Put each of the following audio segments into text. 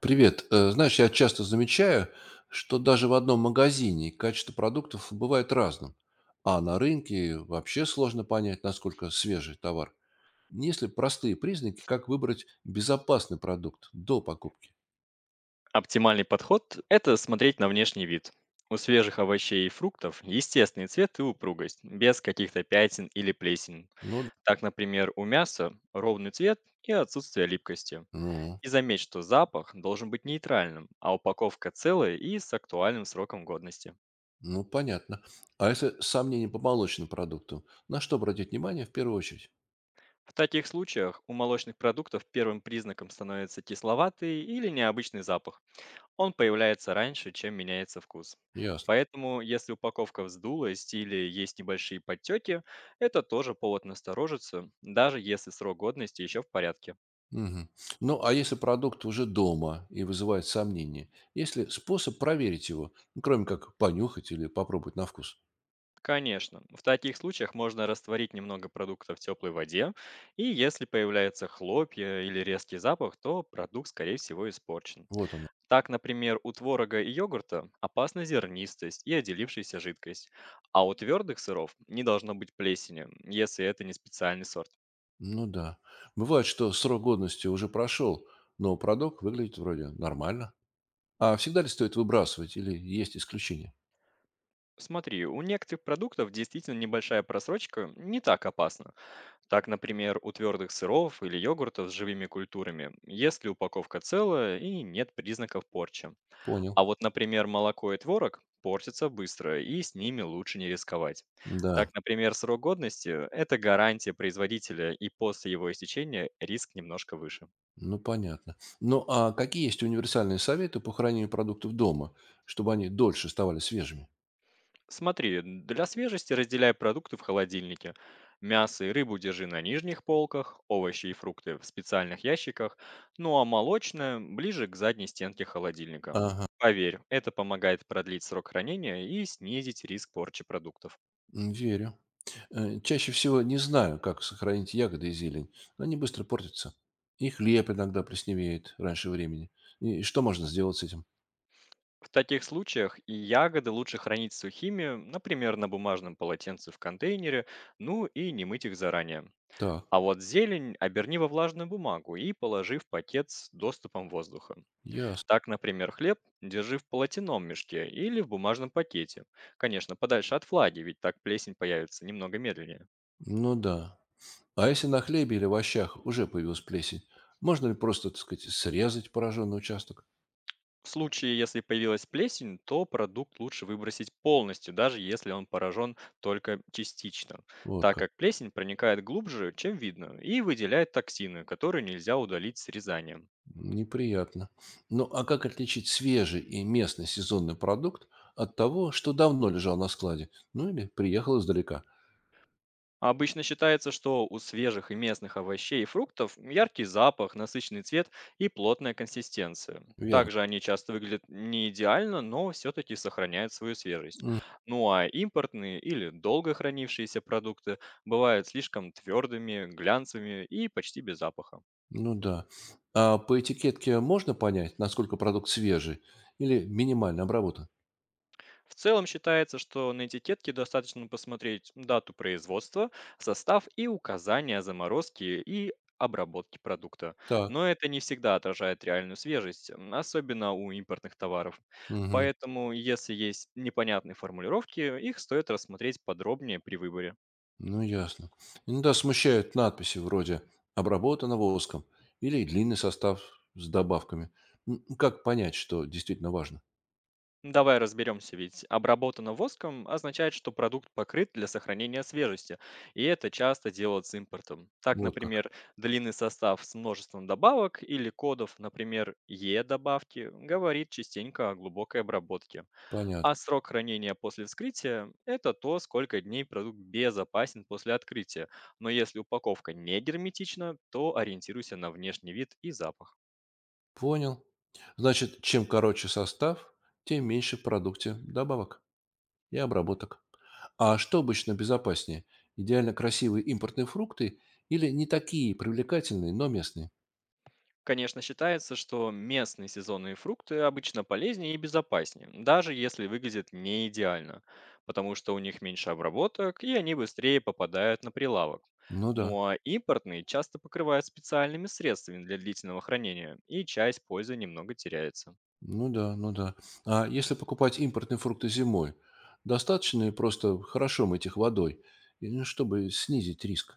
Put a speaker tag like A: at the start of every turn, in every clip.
A: Привет. Знаешь, я часто замечаю, что даже в одном магазине качество продуктов бывает разным, а на рынке вообще сложно понять, насколько свежий товар. Есть ли простые признаки, как выбрать безопасный продукт до покупки?
B: Оптимальный подход– это смотреть на внешний вид. У свежих овощей и фруктов естественный цвет и упругость, без каких-то пятен или плесен.
A: Ну, д-
B: Так, например, у мяса ровный цвет и отсутствие липкости.
A: ну,
B: И заметь, что запах должен быть нейтральным, а упаковка целая и с актуальным сроком годности.
A: ну, Понятно. А если сомнения по молочным продуктам, на что обратить внимание в первую очередь?
B: В таких случаях у молочных продуктов первым признаком становится кисловатый или необычный запах. Он появляется раньше, чем меняется вкус.
A: Ясно.
B: Поэтому, если упаковка вздулась или есть небольшие подтеки, это тоже повод насторожиться, даже если срок годности еще в порядке.
A: Мгм. Ну, а если продукт уже дома и вызывает сомнения, есть ли способ проверить его, ну, кроме как понюхать или попробовать на вкус?
B: Конечно, в таких случаях можно растворить немного продукта в теплой воде, и если появляются хлопья или резкий запах, то продукт, скорее всего, испорчен.
A: Вот оно.
B: Так, например, у творога и йогурта опасна зернистость и отделившаяся жидкость, а у твердых сыров не должно быть плесени, если это не специальный сорт.
A: Ну да. Бывает, что срок годности уже прошел, но продукт выглядит вроде нормально. А всегда ли стоит выбрасывать или есть исключения?
B: Смотри, у некоторых продуктов действительно небольшая просрочка не так опасна. Так, например, у твердых сыров или йогуртов с живыми культурами, если упаковка целая и нет признаков порчи.
A: Понял.
B: А вот, например, молоко и творог портятся быстро, и с ними лучше не рисковать.
A: Да,
B: Так, например, срок годности– это гарантия производителя, и после его истечения риск немножко выше.
A: ну понятно. Ну а какие есть универсальные советы по хранению продуктов дома, чтобы они дольше оставались свежими?
B: Смотри, для свежести разделяй продукты в холодильнике. Мясо и рыбу держи на нижних полках, овощи и фрукты в специальных ящиках, ну а молочное ближе к задней стенке холодильника.
A: Ага,
B: Поверь, это помогает продлить срок хранения и снизить риск порчи продуктов.
A: м, верю. Чаще всего не знаю, как сохранить ягоды и зелень, они быстро портятся. И хлеб иногда плесневеет раньше времени. И что можно сделать с этим?
B: В таких случаях и ягоды лучше хранить сухими, например, на бумажном полотенце в контейнере, ну и не мыть их заранее.
A: Так,
B: А вот зелень оберни во влажную бумагу и положи в пакет с доступом воздуха.
A: ясно.
B: Так, например, хлеб держи в полотеном мешке или в бумажном пакете. Конечно, подальше от флаги, ведь так плесень появится немного медленнее.
A: Ну да. А если на хлебе или овощах уже появилась плесень, можно ли просто, так сказать, срезать пораженный участок?
B: В случае, если появилась плесень, то продукт лучше выбросить полностью, даже если он поражен только частично,
A: Вот
B: так
A: как.
B: как плесень проникает глубже, чем видно, и выделяет токсины, которые нельзя удалить срезанием.
A: Неприятно. Ну а как отличить свежий и местный сезонный продукт от того, что давно лежал на складе? Ну или приехал издалека?
B: Обычно считается, что у свежих и местных овощей и фруктов яркий запах, насыщенный цвет и плотная консистенция.
A: Верно.
B: Также они часто выглядят не идеально, но все-таки сохраняют свою свежесть. Ну а импортные или долго хранившиеся продукты бывают слишком твердыми, глянцевыми и почти без запаха.
A: Ну да. А по этикетке можно понять, насколько продукт свежий или минимально обработан?
B: В целом считается, что на этикетке достаточно посмотреть дату производства, состав и указания заморозки и обработки продукта.
A: Так.
B: Но это не всегда отражает реальную свежесть, особенно у импортных товаров.
A: Мгм.
B: Поэтому, если есть непонятные формулировки, их стоит рассмотреть подробнее при выборе.
A: Ну ясно. Иногда смущают надписи вроде «обработано воском» или длинный состав с добавками. М, как понять, что действительно важно?
B: Ну, давай разберемся, ведь обработано воском означает, что продукт покрыт для сохранения свежести, и это часто делают с импортом. Так,
A: Вот как.
B: например, длинный состав с множеством добавок или кодов, например, Е-добавки, говорит частенько о глубокой обработке.
A: Понятно.
B: А срок хранения после вскрытия– это то, сколько дней продукт безопасен после открытия. Но если упаковка не герметична, то ориентируйся на внешний вид и запах.
A: Понял. Значит, чем короче состав, тем меньше в продукте добавок и обработок. А что обычно безопаснее? Идеально красивые импортные фрукты или не такие привлекательные, но местные?
B: Конечно, считается, что местные сезонные фрукты обычно полезнее и безопаснее, даже если выглядят не идеально, потому что у них меньше обработок и они быстрее попадают на прилавок.
A: Ну да,
B: Ну а импортные часто покрывают специальными средствами для длительного хранения, и часть пользы немного теряется.
A: ну да, ну да. А если покупать импортные фрукты зимой, достаточно ли просто хорошо мыть их водой, и, ну, чтобы снизить риск?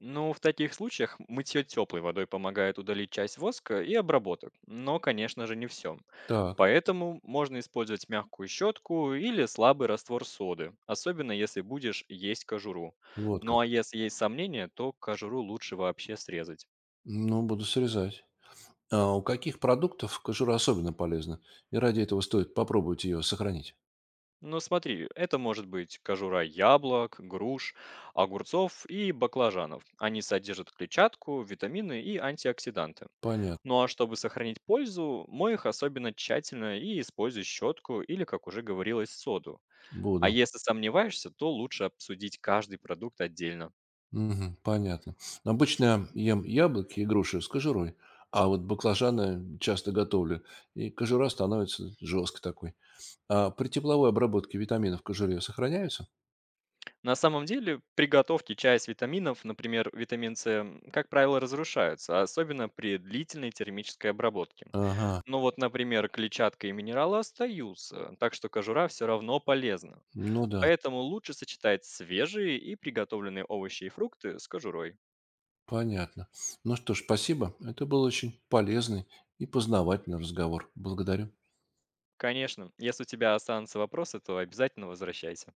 B: Ну, в таких случаях мытье теплой водой помогает удалить часть воска и обработок, но, конечно же, не все.
A: Так,
B: Поэтому можно использовать мягкую щетку или слабый раствор соды, особенно если будешь есть кожуру.
A: вот
B: Ну а
A: как.
B: если есть сомнения, то кожуру лучше вообще срезать.
A: Ну, буду срезать. А у каких продуктов кожура особенно полезна? И ради этого стоит попробовать ее сохранить.
B: Ну смотри, это может быть кожура яблок, груш, огурцов и баклажанов. Они содержат клетчатку, витамины и антиоксиданты.
A: Понятно.
B: Ну а чтобы сохранить пользу, мой их особенно тщательно и используй щетку или, как уже говорилось, соду. А
A: Буду.
B: если сомневаешься, то лучше обсудить каждый продукт отдельно.
A: Мгм. Понятно. Обычно ем яблоки и груши с кожурой, а вот баклажаны часто готовлю, и кожура становится жесткой такой. А при тепловой обработке витаминов в кожуре сохраняются?
B: На самом деле, приготовки чая с витаминов, например, витамин С, как правило, разрушаются, особенно при длительной термической обработке.
A: Ага,
B: Но вот, например, клетчатка и минералы остаются, так что кожура все равно полезна.
A: ну да,
B: Поэтому лучше сочетать свежие и приготовленные овощи и фрукты с кожурой.
A: понятно. Ну что ж, спасибо. Это был очень полезный и познавательный разговор. Благодарю.
B: Конечно, если у тебя останутся вопросы, то обязательно возвращайся.